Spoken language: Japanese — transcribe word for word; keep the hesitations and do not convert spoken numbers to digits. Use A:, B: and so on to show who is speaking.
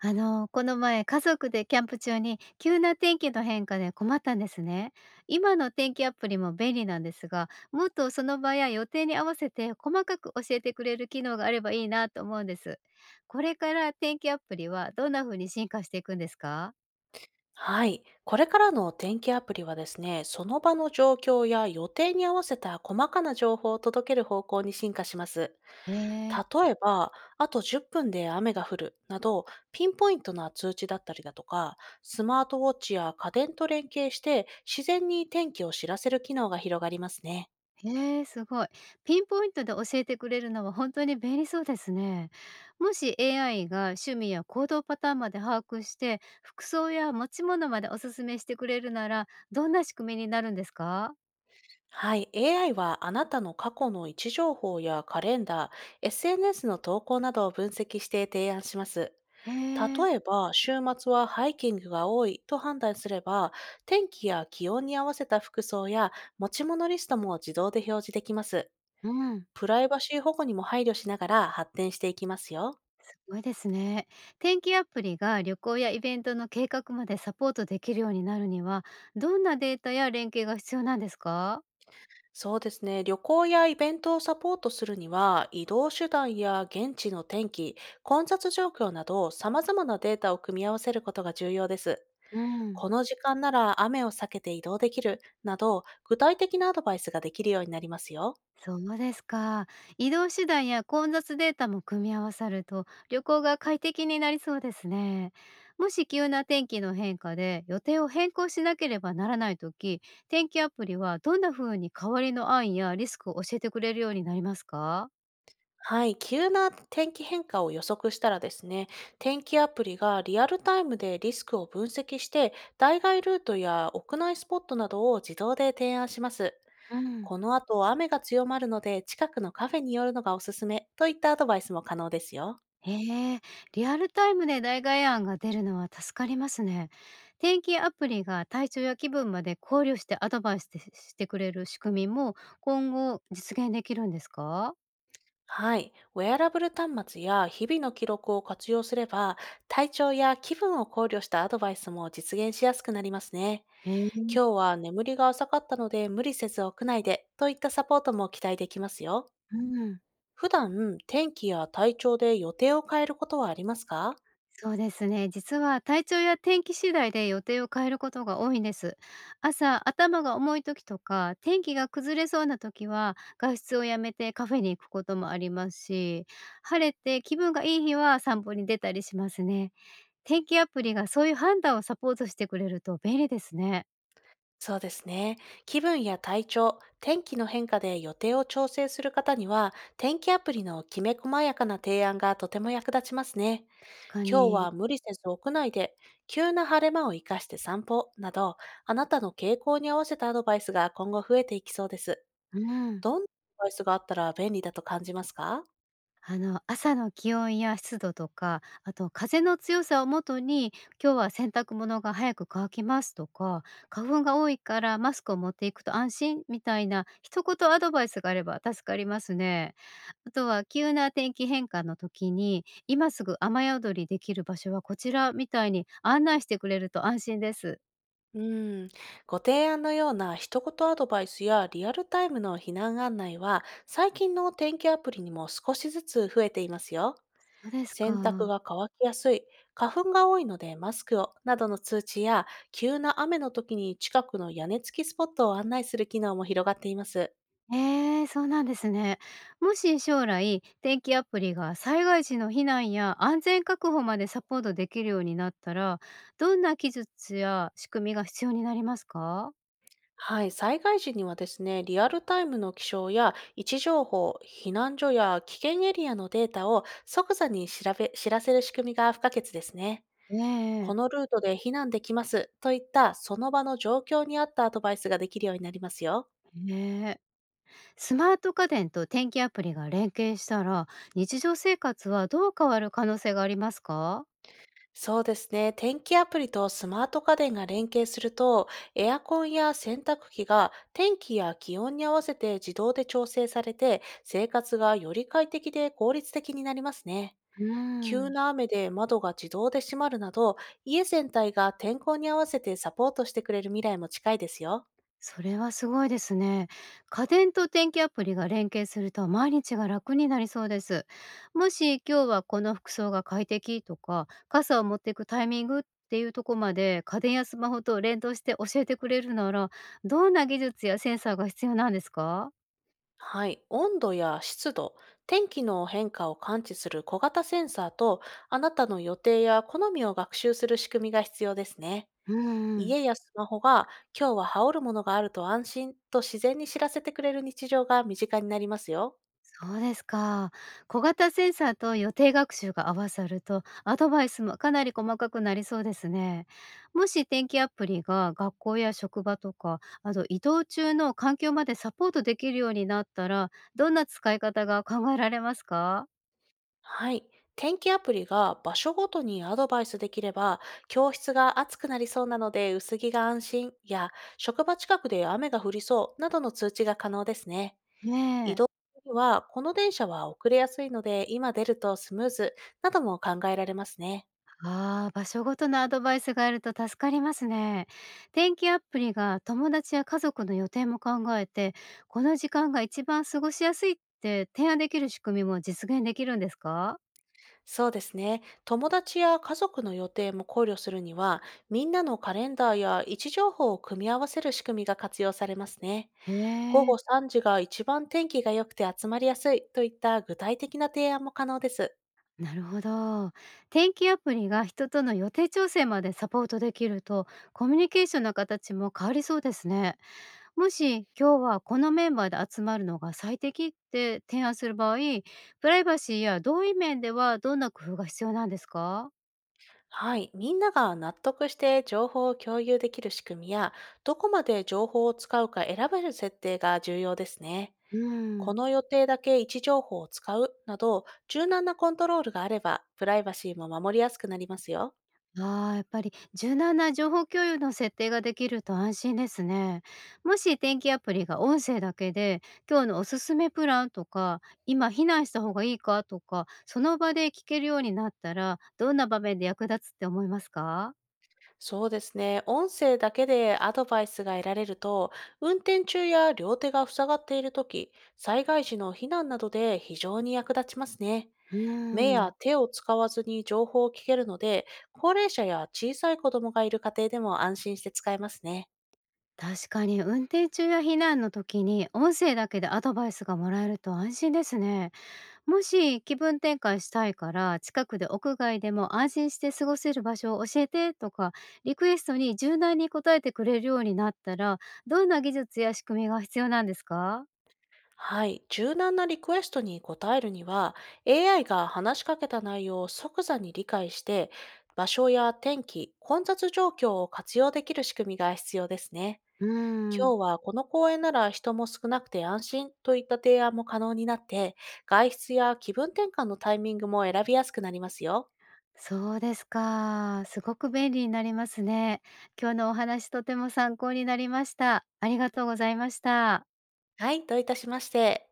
A: あの、この前、家族でキャンプ中に急な天気の変化で困ったんですね。今の天気アプリも便利なんですが、もっとその場や予定に合わせて細かく教えてくれる機能があればいいなと思うんです。これから天気アプリはどんな風に進化していくんですか？
B: はい。これからのお天気アプリはですね、その場の状況や予定に合わせた細かな情報を届ける方向に進化します。
A: へえ。
B: 例えば、あとじゅっぷんで雨が降るなど、ピンポイントな通知だったりだとか、スマートウォッチや家電と連携して自然に天気を知らせる機能が広がりますね。
A: へえ、すごい。ピンポイントで教えてくれるのは本当に便利そうですね。もし エーアイ が趣味や行動パターンまで把握して、服装や持ち物までおすすめしてくれるなら、どんな仕組みになるんですか？
B: はい、エーアイ はあなたの過去の位置情報やカレンダー、エスエヌエス の投稿などを分析して提案します。
A: へえ、
B: 例えば、週末はハイキングが多いと判断すれば、天気や気温に合わせた服装や持ち物リストも自動で表示できます。
A: うん。
B: プライバシー保護にも配慮しながら発展していきますよ。
A: すごいですね。天気アプリが旅行やイベントの計画までサポートできるようになるには、どんなデータや連携が必要なんですか？
B: そうですね。旅行やイベントをサポートするには、移動手段や現地の天気、混雑状況など、様々なデータを組み合わせることが重要です。
A: うん。
B: この時間なら雨を避けて移動できるなど、具体的なアドバイスができるようになりますよ。
A: そうですか。移動手段や混雑データも組み合わさると旅行が快適になりそうですね。もし急な天気の変化で予定を変更しなければならないとき、天気アプリはどんな風に代わりの案やリスクを教えてくれるようになりますか？
B: はい、急な天気変化を予測したらですね、天気アプリがリアルタイムでリスクを分析して、代替ルートや屋内スポットなどを自動で提案します。
A: うん、
B: この後、雨が強まるので、近くのカフェに寄るのがおすすめといったアドバイスも可能ですよ。
A: へえ、リアルタイムで代替案が出るのは助かりますね。天気アプリが体調や気分まで考慮してアドバイスしてしてくれる仕組みも今後実現できるんですか？
B: はい、ウェアラブル端末や日々の記録を活用すれば、体調や気分を考慮したアドバイスも実現しやすくなりますね。
A: へえ、
B: 今日は眠りが浅かったので無理せず屋内でといったサポートも期待できますよ。
A: うん。
B: 普段、天気や体調で予定を変えることはありますか。
A: そうですね。実は体調や天気次第で予定を変えることが多いんです。朝、頭が重い時とか、天気が崩れそうな時は、外出をやめてカフェに行くこともありますし、晴れて気分がいい日は散歩に出たりしますね。天気アプリがそういう判断をサポートしてくれると便利ですね。
B: そうですね。気分や体調、天気の変化で予定を調整する方には、天気アプリのきめ細やかな提案がとても役立ちますね。
A: 確か
B: 今日
A: に。
B: は無理せず屋内で、急な晴れ間を生かして散歩など、あなたの傾向に合わせたアドバイスが今後増えていきそうです。
A: うん。
B: どんなアドバイスがあったら便利だと感じますか？
A: あの、朝の気温や湿度とか、あと風の強さをもとに、今日は洗濯物が早く乾きますとか、花粉が多いからマスクを持っていくと安心みたいな一言アドバイスがあれば助かりますね。あとは急な天気変化の時に、今すぐ雨宿りできる場所はこちらみたいに案内してくれると安心です。
B: うん、ご提案のような一言アドバイスやリアルタイムの避難案内は、最近の天気アプリにも少しずつ増えていますよ。
A: そうです
B: 洗濯
A: か。
B: が乾きやすい、花粉が多いのでマスクをなどの通知や、急な雨の時に近くの屋根付きスポットを案内する機能も広がっています。
A: ええ、そうなんですね。もし将来、天気アプリが災害時の避難や安全確保までサポートできるようになったら、どんな技術や仕組みが必要になりますか？
B: はい、災害時にはですね、リアルタイムの気象や位置情報、避難所や危険エリアのデータを即座に調べ知らせる仕組みが不可欠ですね。
A: え
B: こ
A: え、
B: のルートで避難できますといったその場の状況に合ったアドバイスができるようになりますよ。
A: ええ。スマート家電と天気アプリが連携したら、日常生活はどう変わる可能性がありますか？
B: そうですね。天気アプリとスマート家電が連携すると、エアコンや洗濯機が天気や気温に合わせて自動で調整されて、生活がより快適で効率的になりますね。
A: うー
B: 急
A: ん。
B: な雨で窓が自動で閉まるなど、家全体が天候に合わせてサポートしてくれる未来も近いですよ。
A: それはすごいですね。家電と天気アプリが連携すると毎日が楽になりそうです。もし今日はこの服装が快適とか傘を持っていくタイミングっていうとこまで家電やスマホと連動して教えてくれるなら、どんな技術やセンサーが必要なんですか？
B: はい。温度や湿度、天気の変化を感知する小型センサーと、あなたの予定や好みを学習する仕組みが必要ですね。
A: うんうん。
B: 家やスマホが、今日は羽織るものがあると安心と自然に知らせてくれる日常が身近になりますよ。
A: そうですか。小型センサーと予定学習が合わさると、アドバイスもかなり細かくなりそうですね。もし天気アプリが学校や職場とか、あと移動中の環境までサポートできるようになったら、どんな使い方が考えられますか？
B: はい。天気アプリが場所ごとにアドバイスできれば、教室が暑くなりそうなので薄着が安心や、職場近くで雨が降りそうなどの通知が可能ですね。
A: ね
B: 移動
A: え。
B: には、この電車は遅れやすいので、今出るとスムーズなども考えられますね。
A: ああ、場所ごとのアドバイスがあると助かりますね。天気アプリが友達や家族の予定も考えて、この時間が一番過ごしやすいって提案できる仕組みも実現できるんですか？
B: そうですね。友達や家族の予定も考慮するには、みんなのカレンダーや位置情報を組み合わせる仕組みが活用されますね。
A: へ
B: 午
A: え、
B: 後さんじが一番天気が良くて集まりやすいといった具体的な提案も可能です。
A: なるほど。天気アプリが人との予定調整までサポートできると、コミュニケーションの形も変わりそうですね。もし今日はこのメンバーで集まるのが最適って提案する場合、プライバシーや同意面ではどんな工夫が必要なんですか？
B: はい。みんなが納得して情報を共有できる仕組みや、どこまで情報を使うか選べる設定が重要ですね。
A: う
B: こ
A: ん、
B: の予定だけ位置情報を使うなど、柔軟なコントロールがあれば、プライバシーも守りやすくなりますよ。
A: ああ、やっぱり柔軟な情報共有の設定ができると安心ですね。もし天気アプリが音声だけで、今日のおすすめプランとか、今避難した方がいいかとか、その場で聞けるようになったら、どんな場面で役立つって思いますか？
B: そうですね。音声だけでアドバイスが得られると、運転中や両手が塞がっているとき、災害時の避難などで非常に役立ちますね。
A: う
B: 目や
A: ん。
B: 手を使わずに情報を聞けるので、高齢者や小さい子供がいる家庭でも安心して使えますね。
A: 確かに運転中や避難の時に音声だけでアドバイスがもらえると安心ですね。もし気分転換したいから近くで屋外でも安心して過ごせる場所を教えてとか、リクエストに柔軟に応えてくれるようになったら、どんな技術や仕組みが必要なんですか？
B: はい。柔軟なリクエストに応えるには、エーアイ が話しかけた内容を即座に理解して、場所や天気、混雑状況を活用できる仕組みが必要ですね。
A: うーん。
B: 今日はこの公園なら人も少なくて安心といった提案も可能になって、外出や気分転換のタイミングも選びやすくなりますよ。
A: そうですか。すごく便利になりますね。今日のお話とても参考になりました。ありがとうございました。
B: はい、どういたしまして。